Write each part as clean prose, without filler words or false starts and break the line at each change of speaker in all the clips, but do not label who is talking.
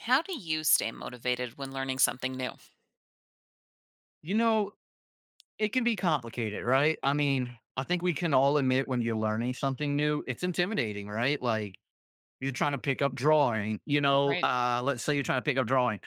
How do you stay motivated when learning something new?
You know, it can be complicated, right? I mean, I think we can all admit when you're learning something new, it's intimidating, right? Like you're trying to pick up drawing,
Right.
let's say you're trying to pick up drawing.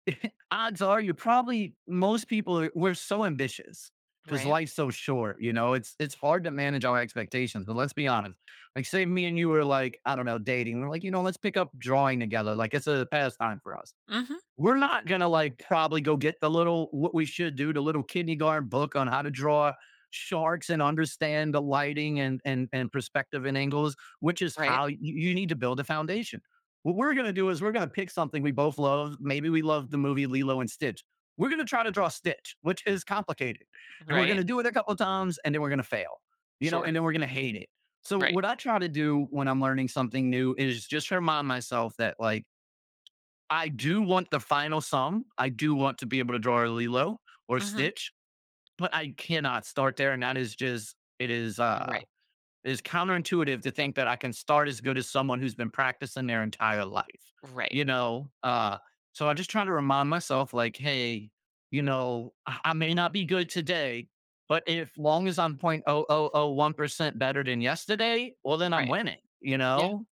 Odds are you probably most people are, we're so ambitious because
Right.
life's so short, you know, it's hard to manage our expectations. But let's be honest. Like say me and you were like, I don't know, dating. We're like, you know, let's pick up drawing together. Like it's a pastime for us.
Mhm.
We're not gonna like probably go get the little, what we should do, the little kindergarten book on how to draw sharks and understand the lighting and perspective and angles, which is
Right.
how you need to build a foundation. What we're gonna do is we're gonna pick something we both love. Maybe we love the movie Lilo and Stitch. We're gonna try to draw Stitch, which is complicated, and we're
Right.
gonna do it a couple of times and then we're gonna fail, you know,
Sure.
and then we're gonna hate it. So
Right.
what I try to do when I'm learning something new is just remind myself that, like, I do want the final sum. I do want to be able to draw a Lilo or
Mhm.
Stitch, but I cannot start there. And that is just,
Right.
it is counterintuitive to think that I can start as good as someone who's been practicing their entire life.
Right.
You know, uh so I just try to remind myself like, hey, you know, I may not be good today, but if long as I'm 0.0001% better than yesterday, well then I'm
Right.
winning, you
Yeah.
know?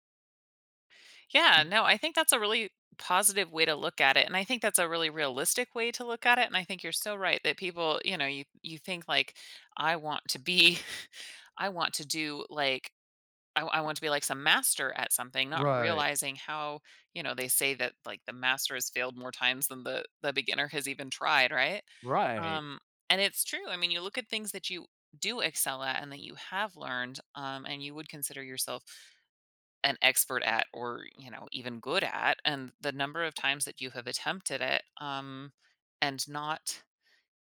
Yeah, no, I think that's a really positive way to look at it, and I think that's a really realistic way to look at it, and I think you're so right that people, you think like, "I want to be I want to do, like I want to be like some master at something," not
Right.
realizing how, they say that, like, the master has failed more times than the beginner has even tried, right?
Right.
Um, and it's true. I mean, you look at things that you do excel at and that you have learned, and you would consider yourself an expert at or, you know, even good at. And the number of times that you have attempted it, and not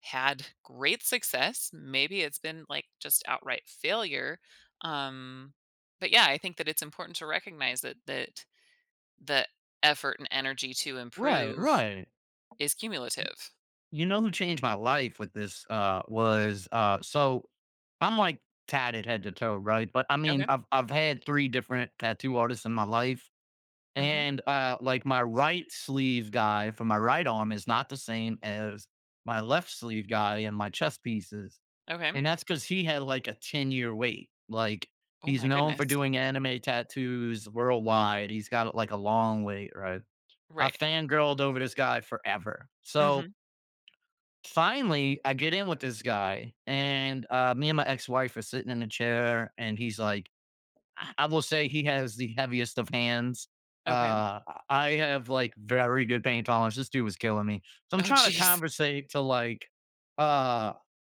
had great success, maybe it's been like just outright failure. Um, but yeah, I think that it's important to recognize that the effort and energy to
Right,
improve
right.
is cumulative.
You know who changed my life with this, was, so I'm, like, tatted head to toe, right? But, I mean,
Okay.
I've had 3 different tattoo artists in my life,
Hmm.
and, like, my right sleeve guy for my right arm is not the same as my left sleeve guy and my chest pieces,
Okay.
and that's because he had, like, a ten-year wait. Like,
Oh
he's
my
known for
goodness.
doing anime tattoos worldwide. He's got, like, a long wait, right? I
Right.
fangirled over this guy forever. So
Mhm.
finally, I get in with this guy, and, me and my ex-wife are sitting in a chair, and he's like, I will say he has the heaviest of hands.
Okay.
Uh, I have like very good pain tolerance. This dude was killing me. So I'm
Oh,
trying to
jeez.
conversate to like uh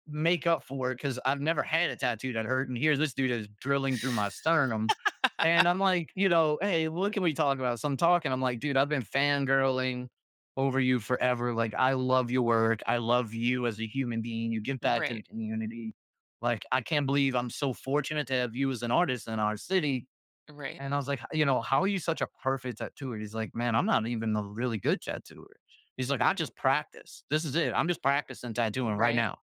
make up for it because I've never had a tattoo that hurt. And here this dude is drilling through my sternum. And I'm like, you know, hey, what can we talk about? So I'm talking. I'm like, dude, I've been fangirling over you forever. Like, I love your work. I love you as a human being. You give back to the
Right.
community. Like, I can't believe I'm so fortunate to have you as an artist in our city.
Right.
And I was like, you know, how are you such a perfect tattooer? He's like, man, I'm not even a really good tattooer. He's like, I just practice. This is it. I'm just practicing tattooing right
Right.
now.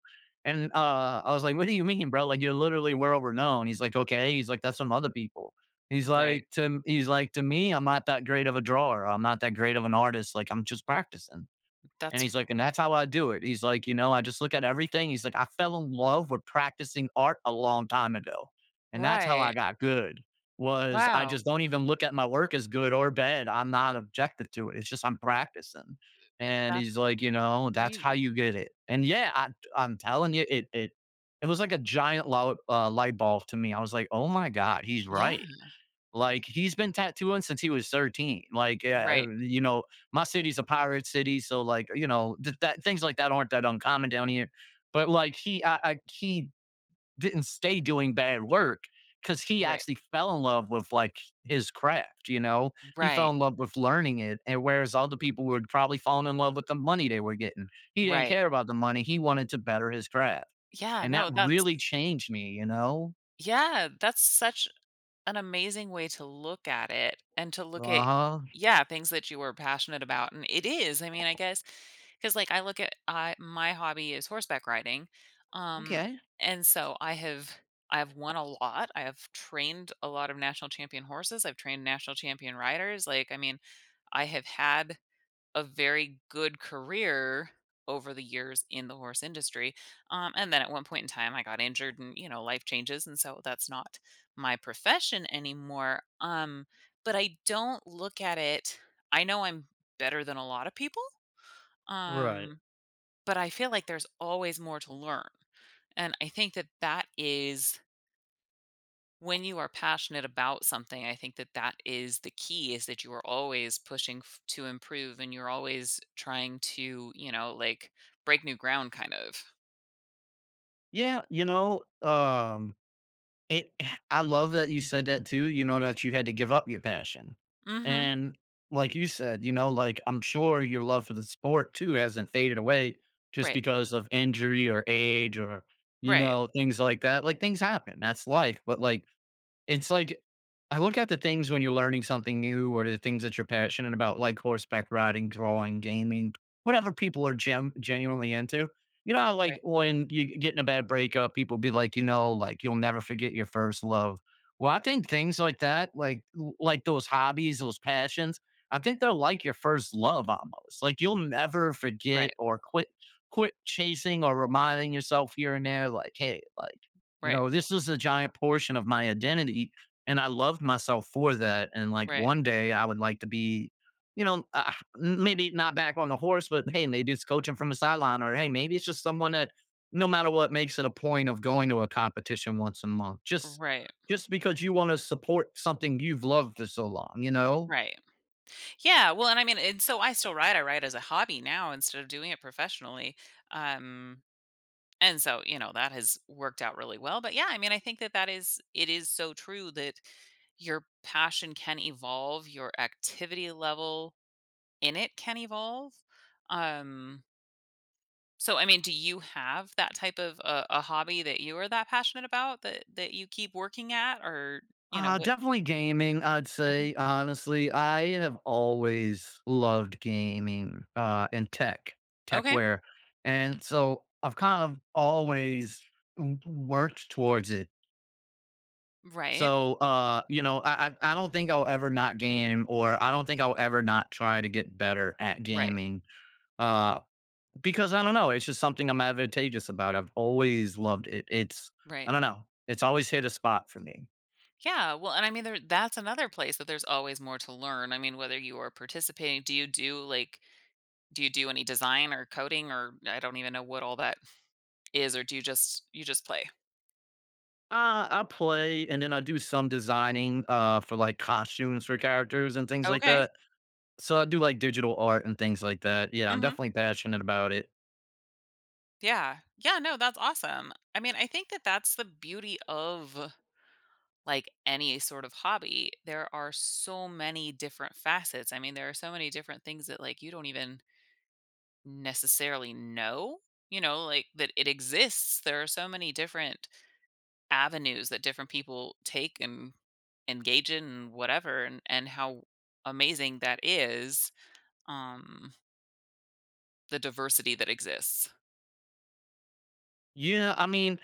And I was like, what do you mean, bro? Like, you're literally world renowned. He's like, okay. He's like, that's some other people. He's
Right.
like, to me, I'm not that great of a drawer. I'm not that great of an artist. Like, I'm just practicing. And
That's
he's like, and that's how I do it. He's like, you know, I just look at everything. He's like, I fell in love with practicing art a long time ago. And that's how I
right.
got good was I
Wow.
just don't even look at my work as good or bad. I'm not objective to it. It's just I'm practicing. And
That's
he's like, you know, that's how
crazy.
you get it. And yeah, I'm telling you, it it was like a giant light bulb to me. I was like, oh my god, he's
Yeah.
right. Like, he's been tattooing since he was 13. Like, yeah,
Right.
you know, my city's a pirate city, so like, you know, that things like that aren't that uncommon down here. But like, he, I he didn't stay doing bad work because he
Right.
actually fell in love with like his craft. You know, he fell
Right.
in love with learning it, and whereas other people would probably fall in love with the money they were getting, he didn't
Right.
care about the money. He wanted to better his craft,
Yeah.
and that
No, that's
really changed me. You know.
yeah. That's such an amazing way to look at it and to
Uh
look at
huh.
yeah things that you were passionate about. And it is, I mean, I guess because like I look at I my hobby is horseback riding. um
Okay.
and so I have I have won a lot. I have trained a lot of national champion horses. I've trained national champion riders. Like I mean, I have had a very good career over the years in the horse industry. And then at one point in time, I got injured and, you know, life changes. And so that's not my profession anymore. But I don't look at it, I know I'm better than a lot of people.
Right.
Um, but I feel like there's always more to learn. And I think that that is when you are passionate about something, I think that that is the key is that you are always to improve and you're always trying to, you know, like break new ground kind of.
Yeah, I love that you said that too, you know, that you had to give up your passion.
Mhm.
And like you said, you know, like I'm sure your love for the sport too hasn't faded away just
Right.
because of injury or age or, you
Right.
know, things like that. Like things happen. That's life. But like I look at the things when you're learning something new or the things that you're passionate about, like horseback riding, drawing, gaming, whatever people are genuinely into. You know, how,
Right.
like when you get in a bad breakup, people be like, you know, like you'll never forget your first love. Well, I think things like that, like those hobbies, those passions, I think they're like your first love almost. Like you'll never forget
Right.
or quit chasing or reminding yourself here and there, like, hey, like you
Right.
know, this is a giant portion of my identity. And I loved myself for that. And like
Right.
one day I would like to be, maybe not back on the horse, but hey, maybe it's coaching from the sideline, or hey, maybe it's just someone that no matter what makes it a point of going to a competition once a month.
Right.
Just because you want to support something you've loved for so long, you know?
Right. Yeah, well, and I mean, and so I still write. I write as a hobby now instead of doing it professionally. Um And so, you know, that has worked out really well. But yeah, I mean, I think that that is it is so true that your passion can evolve, your activity level in it can evolve. Um so I mean, do you have that type of a hobby that you are that passionate about that you keep working at or, you know, what?
Definitely gaming, I'd
Okay.
say, honestly. I have always loved gaming and tech,
Okay.
techware. And so I've kind of always worked towards it.
Right.
So, you know, I don't think I'll ever not game or I don't think I'll ever not try to get better at
Right.
gaming uh, because I don't know. It's just something I'm advantageous about. I've always loved it.
Right.
I don't know. It's always hit a spot for me.
Yeah, well, and I mean there that's another place that there's always more to learn. I mean, whether you are participating, do you do like do you do any design or coding or I don't even know what all that is, or do you just play?
I play and then I do some designing for like costumes for characters and things like
Okay.
that. So I do like digital art and things like that. Yeah, I'm
Mhm.
definitely passionate about it.
Yeah. Yeah, no, that's awesome. I mean, I think that that's the beauty of like any sort of hobby. There are so many different facets. I mean, there are so many different things that like you don't even necessarily know, you know, like that it exists. There are so many different avenues that different people take and engage in and whatever and how amazing that is, um, the diversity that exists.
Yeah, I mean,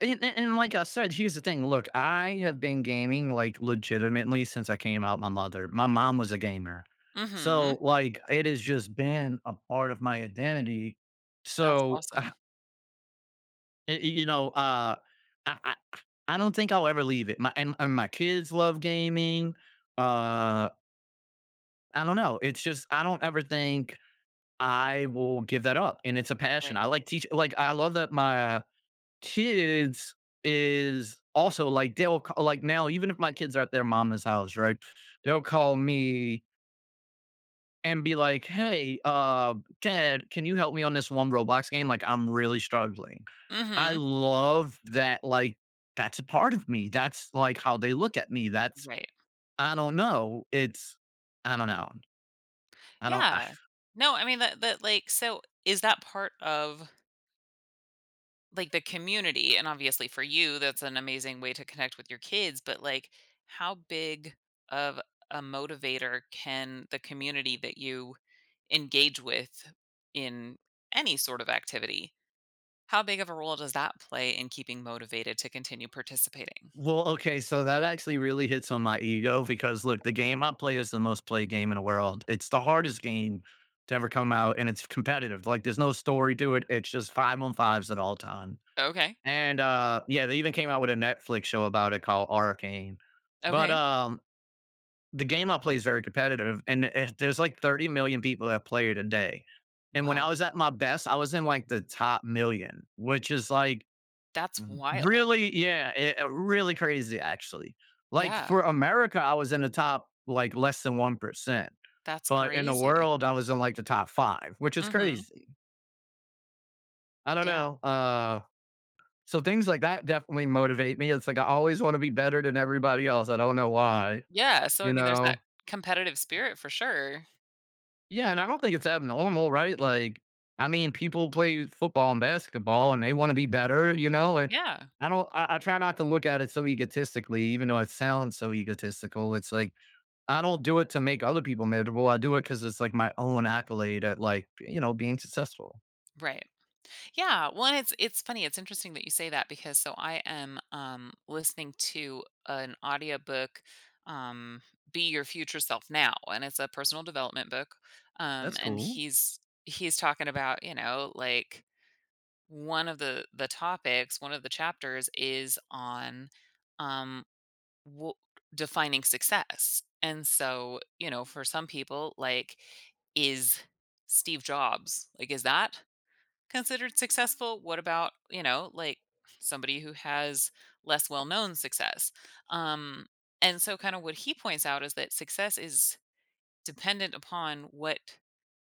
and like I said, here's the thing. Look, I have been gaming like legitimately since I came out my mother. My mom was a gamer.
Mhm.
So like it has just been a part of my identity.
That's
So
awesome.
You know, I don't think I'll ever leave it. And my kids love gaming. Uh, I don't know. It's just I don't ever think I will give that up. And it's a passion.
Right.
I like teach. Like I love that my kids is also like they'll like now even if my kids are at their mama's house, right? They'll call me and be like, "Hey, Ted, can you help me on this one Roblox game? Like, I'm really struggling." I
Mhm.
love that. Like, that's a part of me. That's like how they look at me. That's
Right.
I don't know. It's I don't know. I don't. I,
Yeah. No, I mean, that like so is that part of, like, the community? And obviously for you, that's an amazing way to connect with your kids, but, like, how big of a motivator can the community that you engage with in any sort of activity, how big of a role does that play in keeping motivated to continue participating?
Well, okay, so that actually really hits on my ego because look, the game I play is the most played game in the world. It's the hardest game to ever come out, and it's competitive. Like, there's no story to it. It's just five on fives at all times.
O Okay,
And, yeah, they even came out with a Netflix show about it called Arcane. But,
okay.
the game I play is very competitive, and it, there's like 30 million people that play it a day. And when I
Wow,
was at my best, I was in like the top million, which is like
that's
Mhm.
wild.
really, yeah, it really crazy actually. Like
Yeah,
for America, I was in the top like less than 1%,
that's
but in the
crazy.
world, I was in like the top five, which is
Mhm,
crazy. I don't
yeah.
know. So things like that definitely motivate me. It's like I always want to be better than everybody else. I don't know why,
Yeah, so, I
you
mean, there's that
know?
competitive spirit for sure.
Yeah, and I don't think it's abnormal, right? Like, I mean, people play football and basketball and they want to be better, you know? And
Yeah,
I don't, I try not to look at it so egotistically, even though it sounds so egotistical. It's like, I don't do it to make other people miserable. I do it because it's like my own accolade at like, you know, being successful.
right. Yeah, well, and it's funny, it's interesting that you say that because so I am listening to an audiobook, um Be Your Future Self Now, and it's a personal development book.
That's
And
cool.
he's talking about, you know, like one of the topics, one of the chapters is on um w- defining success. And so, you know, for some people, like is Steve Jobs, like is that considered successful? What about, you know, like somebody who has less well-known success? um and so kind of what he points out is that success is dependent upon what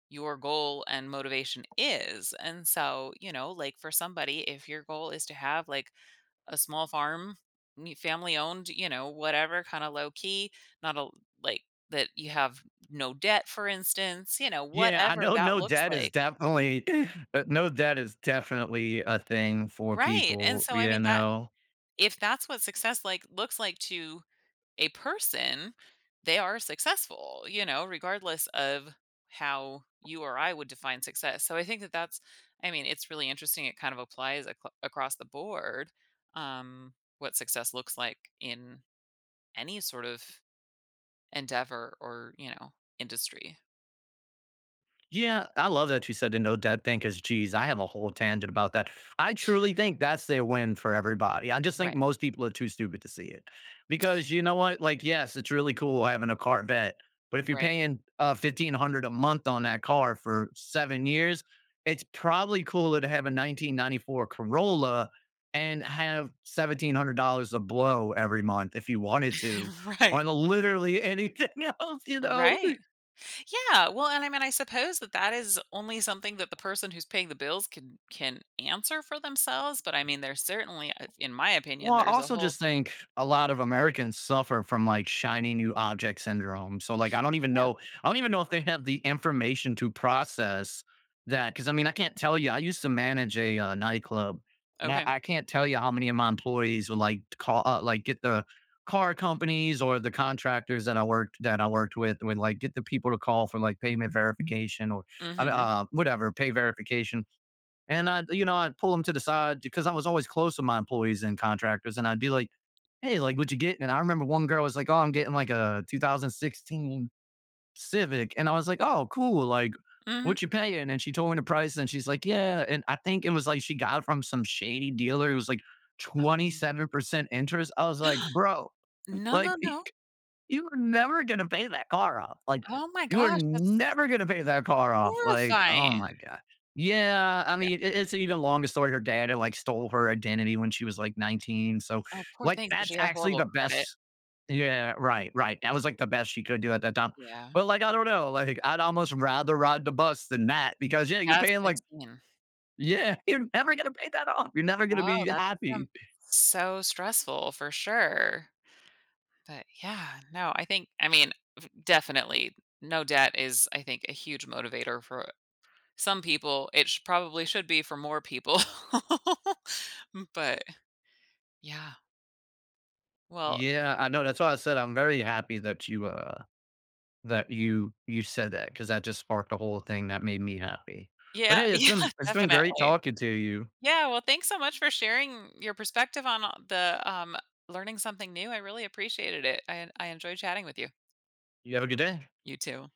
your goal and motivation is. And so, you know, like for somebody, if your goal is to have like a small farm, family owned, you know, whatever kind of low key, not a like that you have no debt, for instance, you know,
Yeah, I
whatever
know
that
no
looks
debt is
like,
definitely no debt is definitely a thing for
right? And
people,
so I
you
mean that
know?
if that's what success like looks like to a person, they are successful, you know, regardless of how you or I would define success. So I think that that's, I mean, it's really interesting. It kind of applies across the board, what success looks like in any sort of endeavor or, you know, industry.
Yeah, I love that you said the no debt thing because, geez, I have a whole tangent about that. I truly think that's their win for everybody. I just think
Right.
most people are too stupid to see it because you know what? Like, yes, it's really cool having a car bet, but if you're
Right.
paying 1,500 a month on that car for seven years, it's probably cooler to have a 1994 Corolla and have $1,700 a blow every month if you wanted to
Right.
on literally anything else, you know?
Right. Yeah, well, and I mean, I suppose that that is only something that the person who's paying the bills can answer for themselves, but I mean, there's certainly, in my
Well,
opinion,
I
there's a
also
whole
just think a lot of Americans suffer from like shiny new object syndrome. So like I don't even
Yeah,
know, I don't even know if they have the information to process that. Cause I mean, I can't tell you. I used to manage a nightclub and
okay.
I can't tell you how many of my employees would like call, like get the car companies or the contractors that I worked with would like get the people to call for like payment verification or
Mhm,
whatever, pay verification, and I, you know, I'd pull them to the side because I was always close with my employees and contractors. And I'd be like, hey, like, what you getting? And I remember one girl was like, oh, I'm getting like a 2016 Civic. And I was like, oh, cool. Like,
mhm.
what you paying? And she told me the price. And she's like, yeah. And I think it was like she got it from some shady dealer. It was like
Um
27% interest. I was like, bro,
No, no,
like,
no.
you were never gonna pay that car off. Like,
Oh my
you were
gosh, that's
never gonna pay that car off. Like, oh
horrifying.
my god. Yeah, I
Yeah.
mean, it's an even longer story. Her dad had like stole her identity when she was like 19. So,
Oh, poor
like,
thing, so
that's
she had
actually
horrible
the
credit.
best. Yeah, right, right. That was like the best she could do at that time.
Yeah,
But like, I don't know. Like, I'd almost rather ride the bus than that because yeah, you're
that's
paying like
insane.
yeah, you're never gonna pay that off. You're never gonna
Wow,
be
that does sound
happy.
so stressful for sure. But yeah, no, I think I mean, definitely no debt is I think a huge motivator for some people. It probably should be for more people. But yeah. Well,
Yeah, I know. That's why I said I'm very happy that you that you said that because that just sparked a whole thing that made me happy. But
yeah,
hey,
yeah,
it's been great
definitely.
talking to you.
Yeah, well, thanks so much for sharing your perspective on the learning something new. I really appreciated it. I enjoyed chatting with you.
You have a good day.
You too.